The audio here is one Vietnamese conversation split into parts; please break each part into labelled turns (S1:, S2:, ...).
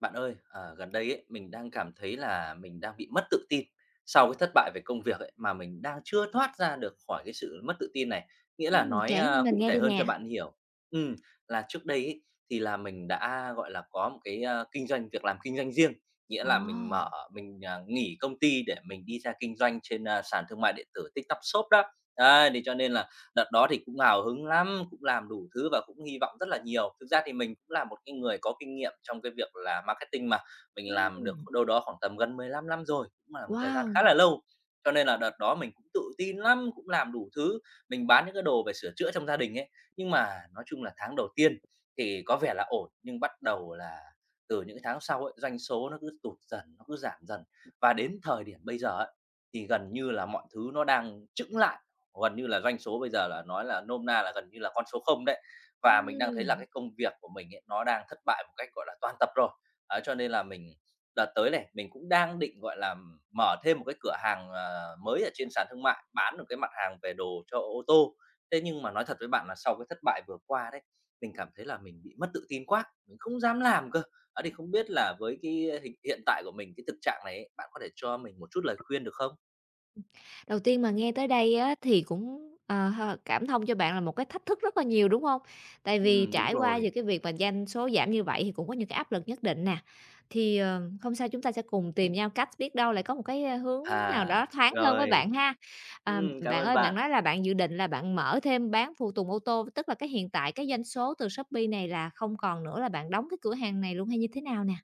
S1: Bạn ơi, gần đây ấy, mình đang cảm thấy là mình đang bị mất tự tin sau cái thất bại về công việc ấy, mà mình đang chưa thoát ra được khỏi cái sự mất tự tin này. Nghĩa là nói,
S2: Kể nghe mình
S1: cụ
S2: nghe đi
S1: thể hơn
S2: nè.
S1: cho bạn hiểu, ừm, là trước đây ấy, thì là mình đã, gọi là, có một cái, kinh doanh việc làm kinh doanh riêng, nghĩa
S2: Ờ.
S1: là mình nghỉ công ty để mình đi ra kinh doanh trên, sàn thương mại điện tử TikTok Shop đó. Đấy, thì cho nên là, đợt đó thì cũng hào hứng lắm, cũng làm đủ thứ và cũng hy vọng rất là nhiều. Thực ra thì mình cũng là một cái người có kinh nghiệm trong cái việc là marketing mà, mình làm được
S2: Ừm,
S1: đâu đó khoảng tầm gần 15 năm rồi, cũng là một thời gian
S2: wow!
S1: khá là lâu. Cho nên là đợt đó mình cũng tự tin lắm, cũng làm đủ thứ, mình bán những cái đồ về sửa chữa trong gia đình ấy. Nhưng mà nói chung là tháng đầu tiên thì có vẻ là ổn, nhưng bắt đầu là từ những cái tháng sau ấy, doanh số nó cứ tụt dần, nó cứ giảm dần. Và đến thời điểm bây giờ ấy, thì gần như là mọi thứ nó đang chững lại, gần như là doanh số bây giờ là nói là nôm na là gần như là con số không đấy. Và mình đang thấy là
S2: Ừm,
S1: cái công việc của mình ấy, nó đang thất bại một cách, gọi là, toàn tập rồi. Ấy, cho nên là mình đợt tới này, mình cũng đang định, gọi là, mở thêm một cái cửa hàng, mới ở trên sàn thương mại, bán được cái mặt hàng về đồ cho ô tô. Thế nhưng mà nói thật với bạn là sau cái thất bại vừa qua đấy, mình cảm thấy là mình bị mất tự tin quá, mình không dám làm cơ. Ấy, thì không biết là với cái hình hiện tại của mình, cái thực trạng này ấy, bạn có thể cho mình một chút lời khuyên được không?
S2: đầu tiên mà nghe tới đây á thì cũng, h cảm thông cho bạn là một cái thách thức rất là nhiều, đúng hông? Tại vì
S1: Đúng
S2: trải qua về
S1: rồi.
S2: cái việc mà doanh số giảm như vậy thì cũng có những cái áp lực nhất định nè. Thì, không sao, chúng ta sẽ cùng tìm nhau cách, biết đâu lại có một cái, hướng nào đó
S1: À.
S2: thoáng hơn với
S1: Rồi,
S2: bạn ha. À,
S1: cảm
S2: bạn
S1: ơn
S2: ơi, bạn
S1: bạn.
S2: nói là bạn dự định là bạn mở thêm bán phụ tùng ô tô, tức là cái hiện tại cái doanh số từ Shopee này là không còn nữa, là bạn đóng cái cửa hàng này luôn hay như thế nào nè?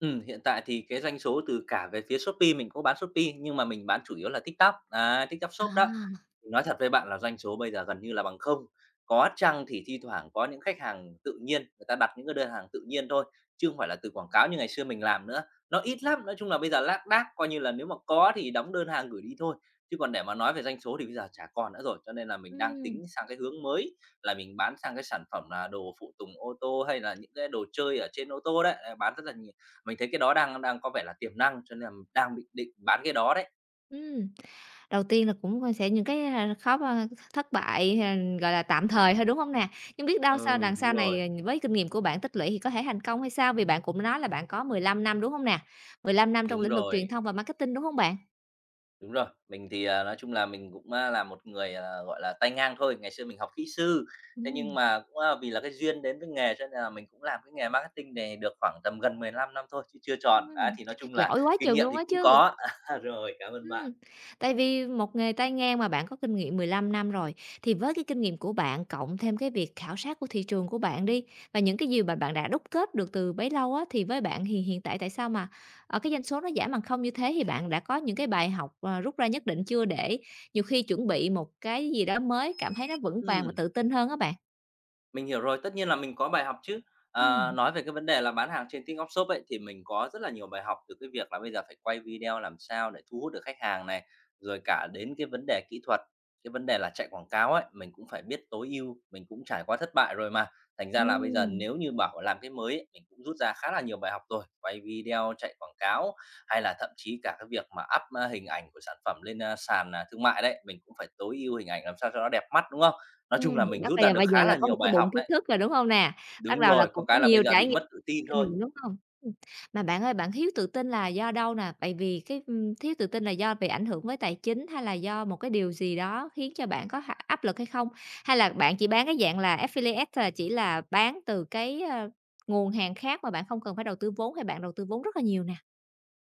S1: Hiện tại thì cái doanh số từ cả về phía Shopee, mình cũng bán Shopee, nhưng mà mình bán chủ yếu là TikTok, đấy, TikTok Shop đó.
S2: À.
S1: Nói thật với bạn là doanh số bây giờ gần như là bằng không. Có chăng thì thi thoảng có những khách hàng tự nhiên, người ta đặt những cái đơn hàng tự nhiên thôi, chứ không phải là từ quảng cáo như ngày xưa mình làm nữa. Nó ít lắm, nói chung là bây giờ lác đác, coi như là nếu mà có thì đóng đơn hàng gửi đi thôi. Chứ còn để mà nói về doanh số thì bây giờ chả còn nữa rồi, cho nên là mình đang
S2: Ừm.
S1: tính sang cái hướng mới là mình bán sang cái sản phẩm là đồ phụ tùng ô tô hay là những cái đồ chơi ở trên ô tô đấy, bán rất là nhiều. Mình thấy cái đó đang đang có vẻ là tiềm năng cho nên là đang định định bán cái đó đấy.
S2: ừm. Đầu tiên là cũng chia sẻ những cái, khó thất bại, hay là, gọi là, tạm thời thôi, đúng hông nè? Nhưng biết đâu sao
S1: Ừ,
S2: đằng sau
S1: đúng
S2: này,
S1: rồi,
S2: với kinh nghiệm của bạn tích lũy thì có thể thành công hay sao? Vì bạn cũng nói là bạn có 15 năm, đúng hông nè? 15 năm trong
S1: đúng
S2: lĩnh vực truyền
S1: rồi.
S2: thông và marketing, đúng hông bạn?
S1: Đúng rồi, mình thì, nói chung là mình cũng, là một người, gọi là, tay ngang thôi. Ngày xưa mình học kỹ sư, thế
S2: Ừm,
S1: nhưng mà cũng, vì là cái duyên đến với nghề cho nên là mình cũng làm cái nghề marketing này được khoảng tầm gần 15 năm thôi, chứ chưa tròn. Đã
S2: ừm,
S1: thì nói chung là
S2: giỏi quá
S1: kinh
S2: chừng
S1: nghiệm
S2: luôn
S1: thì
S2: á
S1: cũng
S2: chứ!
S1: có. Rồi, cảm ơn bạn.
S2: Ừm, tại vì một nghề tay ngang mà bạn có kinh nghiệm 15 năm rồi, thì với cái kinh nghiệm của bạn cộng thêm cái việc khảo sát của thị trường của bạn đi, và những cái gì mà bạn đã đúc kết được từ bấy lâu á, thì với bạn thì hiện tại tại sao mà, ở cái doanh số nó giảm bằng không như thế? Thì bạn đã có những cái bài học, rút ra nhất định chưa để nhiều khi chuẩn bị một cái gì đó mới cảm thấy nó vững vàng và
S1: Ừm.
S2: tự tin hơn á bạn?
S1: Mình hiểu rồi, tất nhiên là mình có bài học chứ.
S2: Ừm.
S1: Nói về cái vấn đề là bán hàng trên TikTok Shop ấy, thì mình có rất là nhiều bài học từ cái việc là bây giờ phải quay video làm sao để thu hút được khách hàng này, rồi cả đến cái vấn đề kỹ thuật, cái vấn đề là chạy quảng cáo ấy, mình cũng phải biết tối ưu, mình cũng trải qua thất bại rồi mà. Thành ra là bây giờ
S2: Ừm.
S1: nếu như bảo làm cái mới ấy, mình cũng rút ra khá là nhiều bài học rồi, quay video, chạy quảng cáo hay là thậm chí cả cái việc mà up, hình ảnh của sản phẩm lên, sàn, thương mại đấy, mình cũng phải tối ưu hình ảnh làm sao cho nó đẹp mắt, đúng không? Nói chung là mình
S2: Bắt
S1: rút ra được
S2: bây giờ
S1: khá
S2: là
S1: là
S2: có một
S1: nhiều
S2: cái
S1: bài học
S2: bụng kiến
S1: đấy.
S2: thức rồi, đúng hông nè? Bắt
S1: Đúng
S2: đầu là
S1: rồi, có
S2: cũng có
S1: cái là
S2: nhiều
S1: bây giờ
S2: trải
S1: bị
S2: nghiệm,
S1: mất tự
S2: có
S1: tin
S2: kinh
S1: thôi.
S2: nghiệm, đúng hông? Mà bạn ơi, bạn thiếu tự tin là do đâu nè? Tại vì cái, thiếu tự tin là do bị ảnh hưởng với tài chính hay là do một cái điều gì đó khiến cho bạn có h áp lực hay không? Hay là bạn chỉ bán cái dạng là affiliate là chỉ là bán từ cái, nguồn hàng khác mà bạn không cần phải đầu tư vốn hay bạn đầu tư vốn rất là nhiều nè?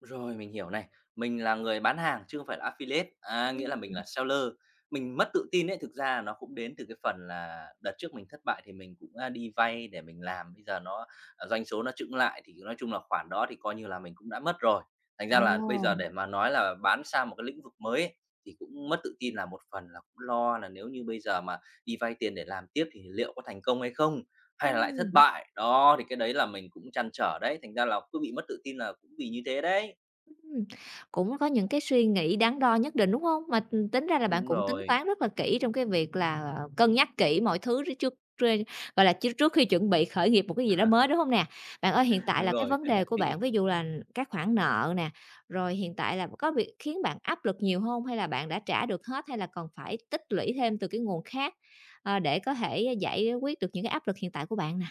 S1: Rồi, mình hiểu này. Mình là người bán hàng chứ không phải là affiliate, nghĩa là mình
S2: Ừm.
S1: là seller. Mình mất tự tin ấy, thực ra nó cũng đến từ cái phần là đợt trước mình thất bại thì mình cũng, đi vay để mình làm, bây giờ doanh số nó chững lại thì nói chung là khoản đó thì coi như là mình cũng đã mất rồi. Thành ra là bây giờ
S2: Ồ.
S1: để mà nói là bán sang một cái lĩnh vực mới ấy, thì cũng mất tự tin là một phần là cũng lo là nếu như bây giờ mà đi vay tiền để làm tiếp thì liệu có thành công hay không? Hay là lại thất
S2: ừm.
S1: bại? Đó, thì cái đấy là mình cũng trăn trở đấy, thành ra là cứ bị mất tự tin là cũng vì như thế đấy.
S2: Ừm, cũng có những cái suy nghĩ đắn đo nhất định, đúng không? Mà, tính ra là bạn
S1: Đúng
S2: cũng tính
S1: rồi,
S2: toán rất là kỹ trong cái việc là cân nhắc kỹ mọi thứ trước trước truê gọi là, trước trước khi chuẩn bị khởi nghiệp một cái gì đó mới, đúng không nè? Bạn ơi, hiện tại
S1: đúng
S2: là cái
S1: rồi,
S2: vấn
S1: cân
S2: đề
S1: nhắc
S2: của
S1: kỹ.
S2: bạn, ví dụ là các khoản nợ nè, rồi hiện tại là có việc khiến bạn áp lực nhiều hông? Hay là bạn đã trả được hết, hay là còn phải tích lũy thêm từ cái nguồn khác, để có thể giải quyết được những cái áp lực hiện tại của bạn nè?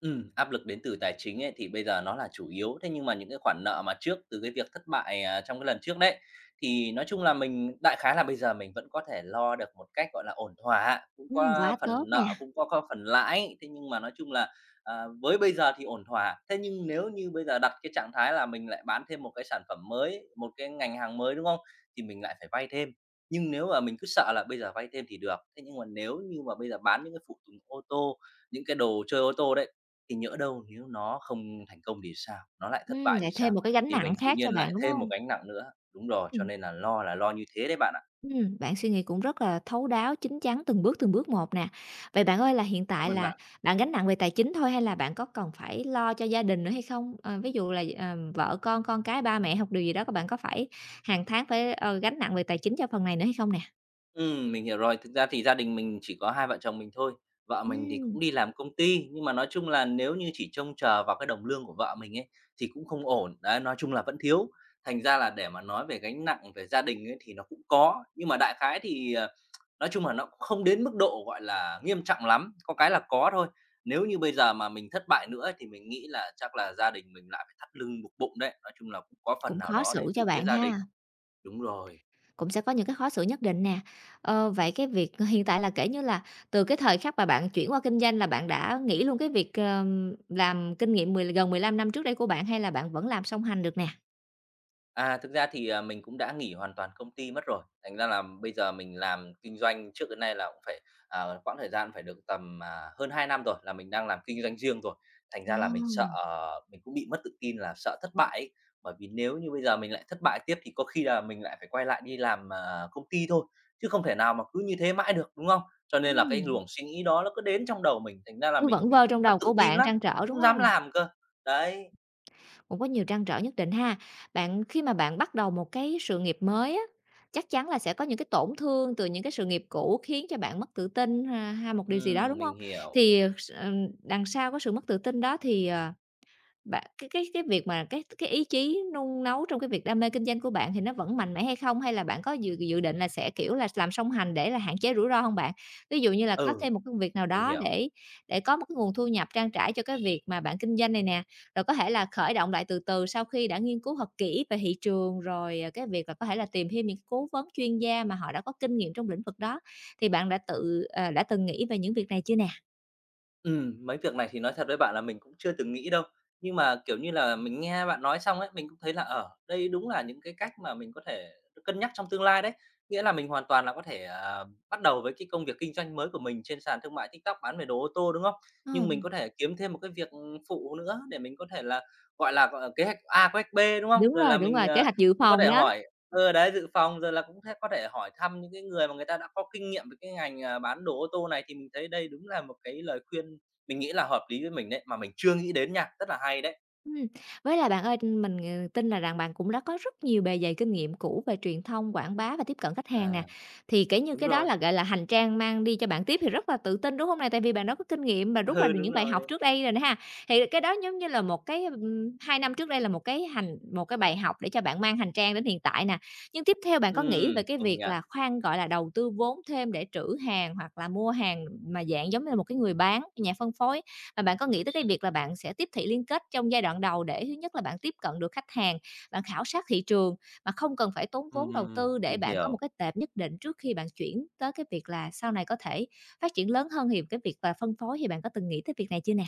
S1: Áp lực đến từ tài chính ấy thì bây giờ nó là chủ yếu, thế nhưng mà những cái khoản nợ mà trước từ cái việc thất bại, trong cái lần trước đấy, thì nói chung là mình đại khái là bây giờ mình vẫn có thể lo được một cách, gọi là, ổn thỏa, cũng có
S2: Quá tốt
S1: phần
S2: nè.
S1: nợ, cũng có phần lãi, thế nhưng mà nói chung là, với bây giờ thì ổn thỏa. Thế nhưng nếu như bây giờ đặt cái trạng thái là mình lại bán thêm một cái sản phẩm mới, một cái ngành hàng mới, đúng không? Thì mình lại phải vay thêm, nhưng nếu mà mình cứ sợ là bây giờ vay thêm thì được, thế nhưng mà nếu như mà bây giờ bán những cái phụ tùng ô tô, những cái đồ chơi ô tô đấy thì nhỡ đâu nếu nó không thành công thì sao? Nó lại thất bại thì
S2: Lại
S1: sao?
S2: thêm một cái gánh
S1: Thì
S2: nặng
S1: mình tự
S2: khác cho
S1: nhiên
S2: bạn,
S1: lại
S2: đúng
S1: thêm một
S2: không?
S1: gánh nặng nữa. Đúng rồi, cho
S2: Ừm,
S1: nên là lo như thế đấy bạn ạ.
S2: Bạn suy nghĩ cũng rất là thấu đáo, chín chắn từng bước một nè. Vậy bạn ơi là hiện
S1: Cảm
S2: tại
S1: ơn
S2: là
S1: bạn.
S2: bạn gánh nặng về tài chính thôi hay là bạn có cần phải lo cho gia đình nữa hay không? Ờ, ví dụ là, vợ con cái, ba mẹ học điều gì đó có bạn có phải hàng tháng phải, gánh nặng về tài chính cho phần này nữa hay không nè?
S1: Mình hiểu rồi. Thực ra thì gia đình mình chỉ có hai vợ chồng mình thôi. Vợ mình thì
S2: Ừm,
S1: cũng đi làm công ty, nhưng mà nói chung là nếu như chỉ trông chờ vào cái đồng lương của vợ mình ấy, thì cũng không ổn. Đấy, nói chung là vẫn thiếu. Thành ra là để mà nói về gánh nặng về gia đình ấy thì nó cũng có, nhưng mà đại khái thì, nói chung là nó cũng không đến mức độ, gọi là, nghiêm trọng lắm, có cái là có thôi. Nếu như bây giờ mà mình thất bại nữa thì mình nghĩ là chắc là gia đình mình lại phải thắt lưng buộc bụng đấy, nói chung là cũng có phần
S2: cũng
S1: nào
S2: khó
S1: đó đến
S2: xử
S1: từ
S2: cho
S1: phía
S2: bạn
S1: gia đình.
S2: ha,
S1: Đúng rồi.
S2: cũng sẽ có những cái khó xử nhất định nè. Ờ, vậy cái việc hiện tại là kể như là từ cái thời khắc mà bạn chuyển qua kinh doanh là bạn đã nghĩ luôn cái việc, làm kinh nghiệm mười gần 15 năm trước đây của bạn hay là bạn vẫn làm song hành được nè?
S1: Thực ra thì, mình cũng đã nghỉ hoàn toàn công ty mất rồi, thành ra là bây giờ mình làm kinh doanh trước đến nay là cũng phải, quãng thời gian phải được tầm, hơn 2 năm rồi là mình đang làm kinh doanh riêng rồi. Thành
S2: Ờ,
S1: ra là mình mình cũng bị mất tự tin là sợ thất bại ấy, bởi vì nếu như bây giờ mình lại thất bại tiếp thì có khi là mình lại phải quay lại đi làm, công ty thôi, chứ không thể nào mà cứ như thế mãi được, đúng không? Cho nên là cái
S2: ừm,
S1: luồng suy nghĩ đó nó cứ đến trong đầu mình, thành ra là
S2: cứ
S1: mình
S2: vẩn
S1: bị
S2: vơ trong
S1: mất
S2: đầu của
S1: tự tin
S2: bạn,
S1: lắm,
S2: trăn trở, đúng
S1: không dám
S2: không?
S1: làm cơ. Đấy,
S2: Cũng có nhiều trăn trở nhất định ha. Bạn khi mà bạn bắt đầu một cái sự nghiệp mới á, chắc chắn là sẽ có những cái tổn thương từ những cái sự nghiệp cũ khiến cho bạn mất tự tin ha ha một điều gì đó, đúng không?
S1: mình hiểu.
S2: Thì, ờ, s đằng sau cái sự mất tự tin đó thì, ờ. Bạn cái việc mà cái ý chí nung nấu trong cái việc đam mê kinh doanh của bạn thì nó vẫn mạnh mẽ hay không? Hay là bạn có dự dự định là sẽ, kiểu là, làm song hành để là hạn chế rủi ro không bạn? Ví dụ như là có
S1: Ừ,
S2: thêm một công việc nào
S1: mình
S2: đó
S1: hiểu.
S2: để có một cái nguồn thu nhập trang trải cho cái việc mà bạn kinh doanh này nè, rồi có thể là khởi động lại từ từ sau khi đã nghiên cứu thật kỹ về thị trường, rồi, cái việc là có thể là tìm thêm những cố vấn chuyên gia mà họ đã có kinh nghiệm trong lĩnh vực đó. Thì bạn đã đã từng nghĩ về những việc này chưa nè?
S1: Mấy việc này thì nói thật với bạn là mình cũng chưa từng nghĩ đâu. Nhưng mà, kiểu như là, mình nghe bạn nói xong ấy, mình cũng thấy là, ở đây đúng là những cái cách mà mình có thể cân nhắc trong tương lai đấy. Nghĩa là mình hoàn toàn là có thể, bắt đầu với cái công việc kinh doanh mới của mình trên sàn thương mại TikTok bán về đồ ô tô, đúng không?
S2: Ờ,
S1: Nhưng mình có thể kiếm thêm một cái việc, phụ nữa để mình có thể là, gọi là, kế hoạch A, kế hoạch B, đúng không? Rồi là
S2: đúng
S1: mình,
S2: rồi, kế hoạch dự
S1: cũng có
S2: phòng
S1: thể
S2: đó.
S1: hỏi đấy, dự phòng rồi là cũng thế có thể hỏi thăm những cái người mà người ta đã có kinh nghiệm về cái ngành, à, bán đồ ô tô này, thì mình thấy đây đúng là một cái lời khuyên mình nghĩ là hợp lý với mình đấy, mà mình chưa nghĩ đến nha, rất là hay đấy.
S2: Ừm, với lại bạn ơi, mình, tin là rằng bạn cũng đã có rất nhiều bề dày kinh nghiệm cũ về truyền thông, quảng bá và tiếp cận khách hàng nè.
S1: À,
S2: Thì, kiểu như,
S1: đúng
S2: cái đó
S1: rồi.
S2: là, gọi là, hành trang mang đi cho bạn tiếp thì rất là tự tin, đúng không này? Tại vì bạn đã có kinh nghiệm và rút ra
S1: Ừ,
S2: được
S1: đúng
S2: những bài học
S1: rồi,
S2: trước đây rồi nè ha. Thì cái đó giống như là một cái, 2 năm trước đây là một cái một cái bài học để cho bạn mang hành trang đến hiện tại nè. Nhưng tiếp theo bạn có nghĩ về cái
S1: công
S2: việc
S1: nhận.
S2: là khoan, gọi là, đầu tư vốn thêm để trữ hàng hoặc là mua hàng mà dạng giống như là một cái người bán, nhà phân phối và bạn có nghĩ tới cái việc là bạn sẽ tiếp thị liên kết trong giai đoạn đầu để thứ nhất là bạn tiếp cận được khách hàng, bạn khảo sát thị trường mà không cần phải tốn vốn đầu tư để
S1: Mình
S2: bạn có một
S1: hiểu.
S2: cái tệp nhất định trước khi bạn chuyển tới cái việc là sau này có thể phát triển lớn hơn thì cái việc là phân phối thì bạn có từng nghĩ tới việc này chưa nè?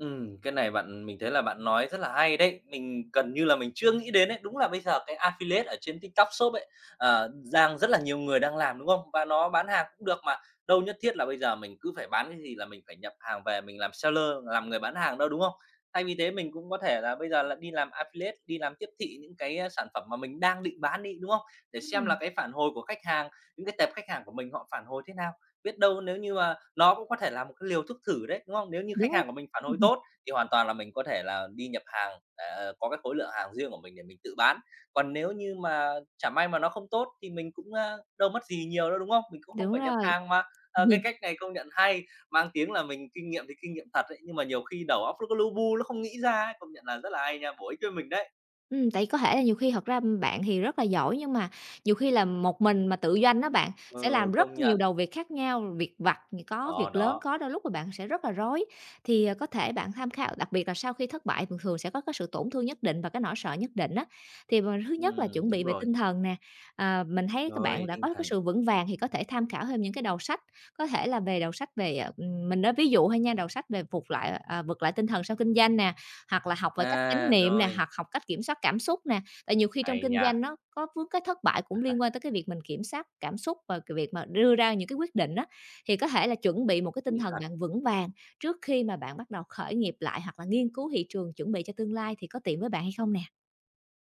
S1: Cái này bạn mình thấy là bạn nói rất là hay đấy, mình gần như là mình chưa nghĩ đến đấy. Đúng là bây giờ cái affiliate ở trên TikTok Shop ấy, đang rất là nhiều người đang làm, đúng không? Và nó bán hàng cũng được mà, đâu nhất thiết là bây giờ mình cứ phải bán cái gì là mình phải nhập hàng về mình làm seller, làm người bán hàng đâu, đúng không? Thay vì thế mình cũng có thể là bây giờ là đi làm affiliate, đi làm tiếp thị những cái, a, sản phẩm mà mình đang định bán đi, đúng không? Để xem là
S2: Ừm.
S1: cái phản hồi của khách hàng, những cái tệp khách hàng của mình họ phản hồi thế nào. Biết đâu nếu như mà nó cũng có thể là một cái liều thuốc thử đấy, đúng không? Nếu như
S2: Đúng
S1: khách
S2: hông?
S1: hàng của mình phản hồi tốt thì hoàn toàn là mình có thể là đi nhập hàng, có cái khối lượng hàng riêng của mình để mình tự bán. Còn nếu như mà chả may mà nó không tốt thì mình cũng, a, đâu mất gì nhiều đâu, đúng không? Mình cũng không
S2: Đúng
S1: phải nhập
S2: rồi.
S1: hàng mà. Ờ, cái cách này công nhận hay, mang tiếng là mình kinh nghiệm thì kinh nghiệm thật đấy, nhưng mà nhiều khi đầu óc nó có lu bu, nó không nghĩ ra ấy, công nhận là rất là hay nha, bổ ích cho mình đấy.
S2: Tại có thể là nhiều khi thật ra bạn thì rất là giỏi, nhưng mà nhiều khi là một mình mà tự doanh đó bạn, sẽ
S1: Ừ,
S2: làm rất
S1: công
S2: nhiều
S1: nhận.
S2: đầu việc khác nhau, việc vặt thì có,
S1: Đó,
S2: việc lớn
S1: đó.
S2: có, đôi lúc là bạn sẽ rất là rối. Thì, có thể bạn tham khảo đặc biệt là sau khi thất bại thường thường sẽ có cái sự tổn thương nhất định và cái nỗi sợ nhất định á, thì mà thứ nhất là chuẩn bị
S1: Đúng
S2: về
S1: rồi.
S2: tinh thần nè. À, mình thấy các bạn
S1: Rồi,
S2: đã có
S1: tinh
S2: cái
S1: thần.
S2: sự vững vàng thì có thể tham khảo thêm những cái đầu sách, có thể là về đầu sách về, mình nói ví dụ thôi nha, đầu sách về vực lại tinh thần sau kinh doanh nè. Hoặc là học về cách chánh
S1: À,
S2: niệm nè,
S1: rồi,
S2: hoặc học cách kiểm soát cảm xúc nè, tại nhiều khi trong
S1: hay
S2: kinh doanh
S1: nha.
S2: nó có vướng cái thất bại cũng liên quan tới cái việc mình kiểm soát cảm xúc và cái việc mà đưa ra những cái quyết định đó thì có thể là chuẩn bị một cái tinh
S1: Đúng
S2: thần
S1: thật.
S2: bạn vững vàng trước khi mà bạn bắt đầu khởi nghiệp lại hoặc là nghiên cứu thị trường chuẩn bị cho tương lai thì có tiện với bạn hay không nè?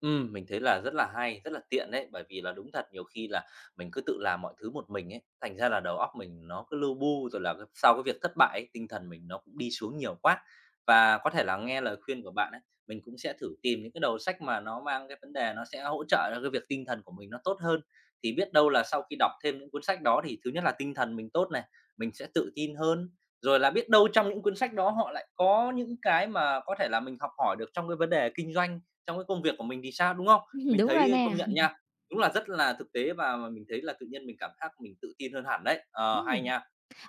S1: Mình thấy là rất là hay, rất là tiện đấy, bởi vì là đúng thật nhiều khi là mình cứ tự làm mọi thứ một mình ấy, thành ra là đầu óc mình nó cứ lu bu, rồi là cái sau cái việc thất bại ấy, tinh thần mình nó cũng đi xuống nhiều quá. Và có thể là nghe lời khuyên của bạn ấy, mình cũng sẽ thử tìm những cái đầu sách mà nó mang cái vấn đề nó sẽ hỗ trợ cho cái việc tinh thần của mình nó tốt hơn. Thì biết đâu là sau khi đọc thêm những cuốn sách đó thì thứ nhất là tinh thần mình tốt này, mình sẽ tự tin hơn, rồi là biết đâu trong những cuốn sách đó họ lại có những cái mà có thể là mình học hỏi được trong cái vấn đề kinh doanh trong cái công việc của mình thì sao, đúng không? Mình
S2: Đúng rồi
S1: thấy
S2: nè.
S1: công nhận nha, đúng là rất là thực tế và mình thấy là tự nhiên mình cảm giác mình tự tin hơn hẳn đấy. Ờ, hay
S2: Ừm.
S1: nha.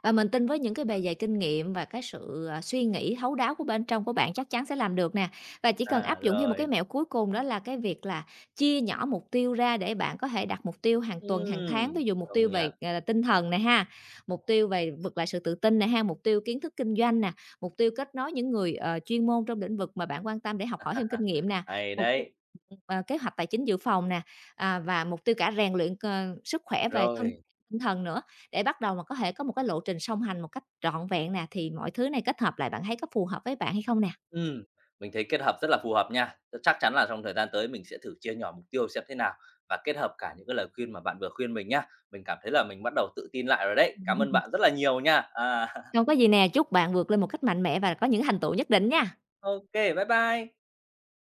S2: Và mình tin với những cái bề dày kinh nghiệm và cái sự, suy nghĩ thấu đáo của bên trong của bạn chắc chắn sẽ làm được nè. Và chỉ cần
S1: À,
S2: áp dụng thêm một cái
S1: rồi,
S2: mẹo cuối cùng đó là cái việc là chia nhỏ mục tiêu ra để bạn có thể đặt mục tiêu hàng tuần, hàng tháng, ví dụ mục tiêu
S1: công
S2: về,
S1: nhận,
S2: gọi tinh thần này ha, mục tiêu về vực lại sự tự tin này ha, mục tiêu kiến thức kinh doanh nè, mục tiêu kết nối những người, chuyên môn trong lĩnh vực mà bạn quan tâm để học hỏi thêm kinh nghiệm nè,
S1: hay
S2: mục tiêu,
S1: đấy.
S2: kế hoạch tài chính dự phòng nè, và mục tiêu cả rèn luyện sức khỏe về thân
S1: Rồi,
S2: tinh thần nữa. Để bắt đầu mà có thể có một cái lộ trình song hành một cách trọn vẹn nè, thì mọi thứ này kết hợp lại bạn thấy có phù hợp với bạn hay không nè?
S1: ừm, mình thấy kết hợp rất là phù hợp nha. Chắc chắn là trong thời gian tới mình sẽ thử chia nhỏ mục tiêu xem thế nào và kết hợp cả những cái lời khuyên mà bạn vừa khuyên mình nhá. Mình cảm thấy là mình bắt đầu tự tin lại rồi đấy. Cảm ơn bạn rất là nhiều nha. À,
S2: Không có gì nè, chúc bạn vượt lên một cách mạnh mẽ và có những thành tựu nhất định nha.
S1: ô, bye bye.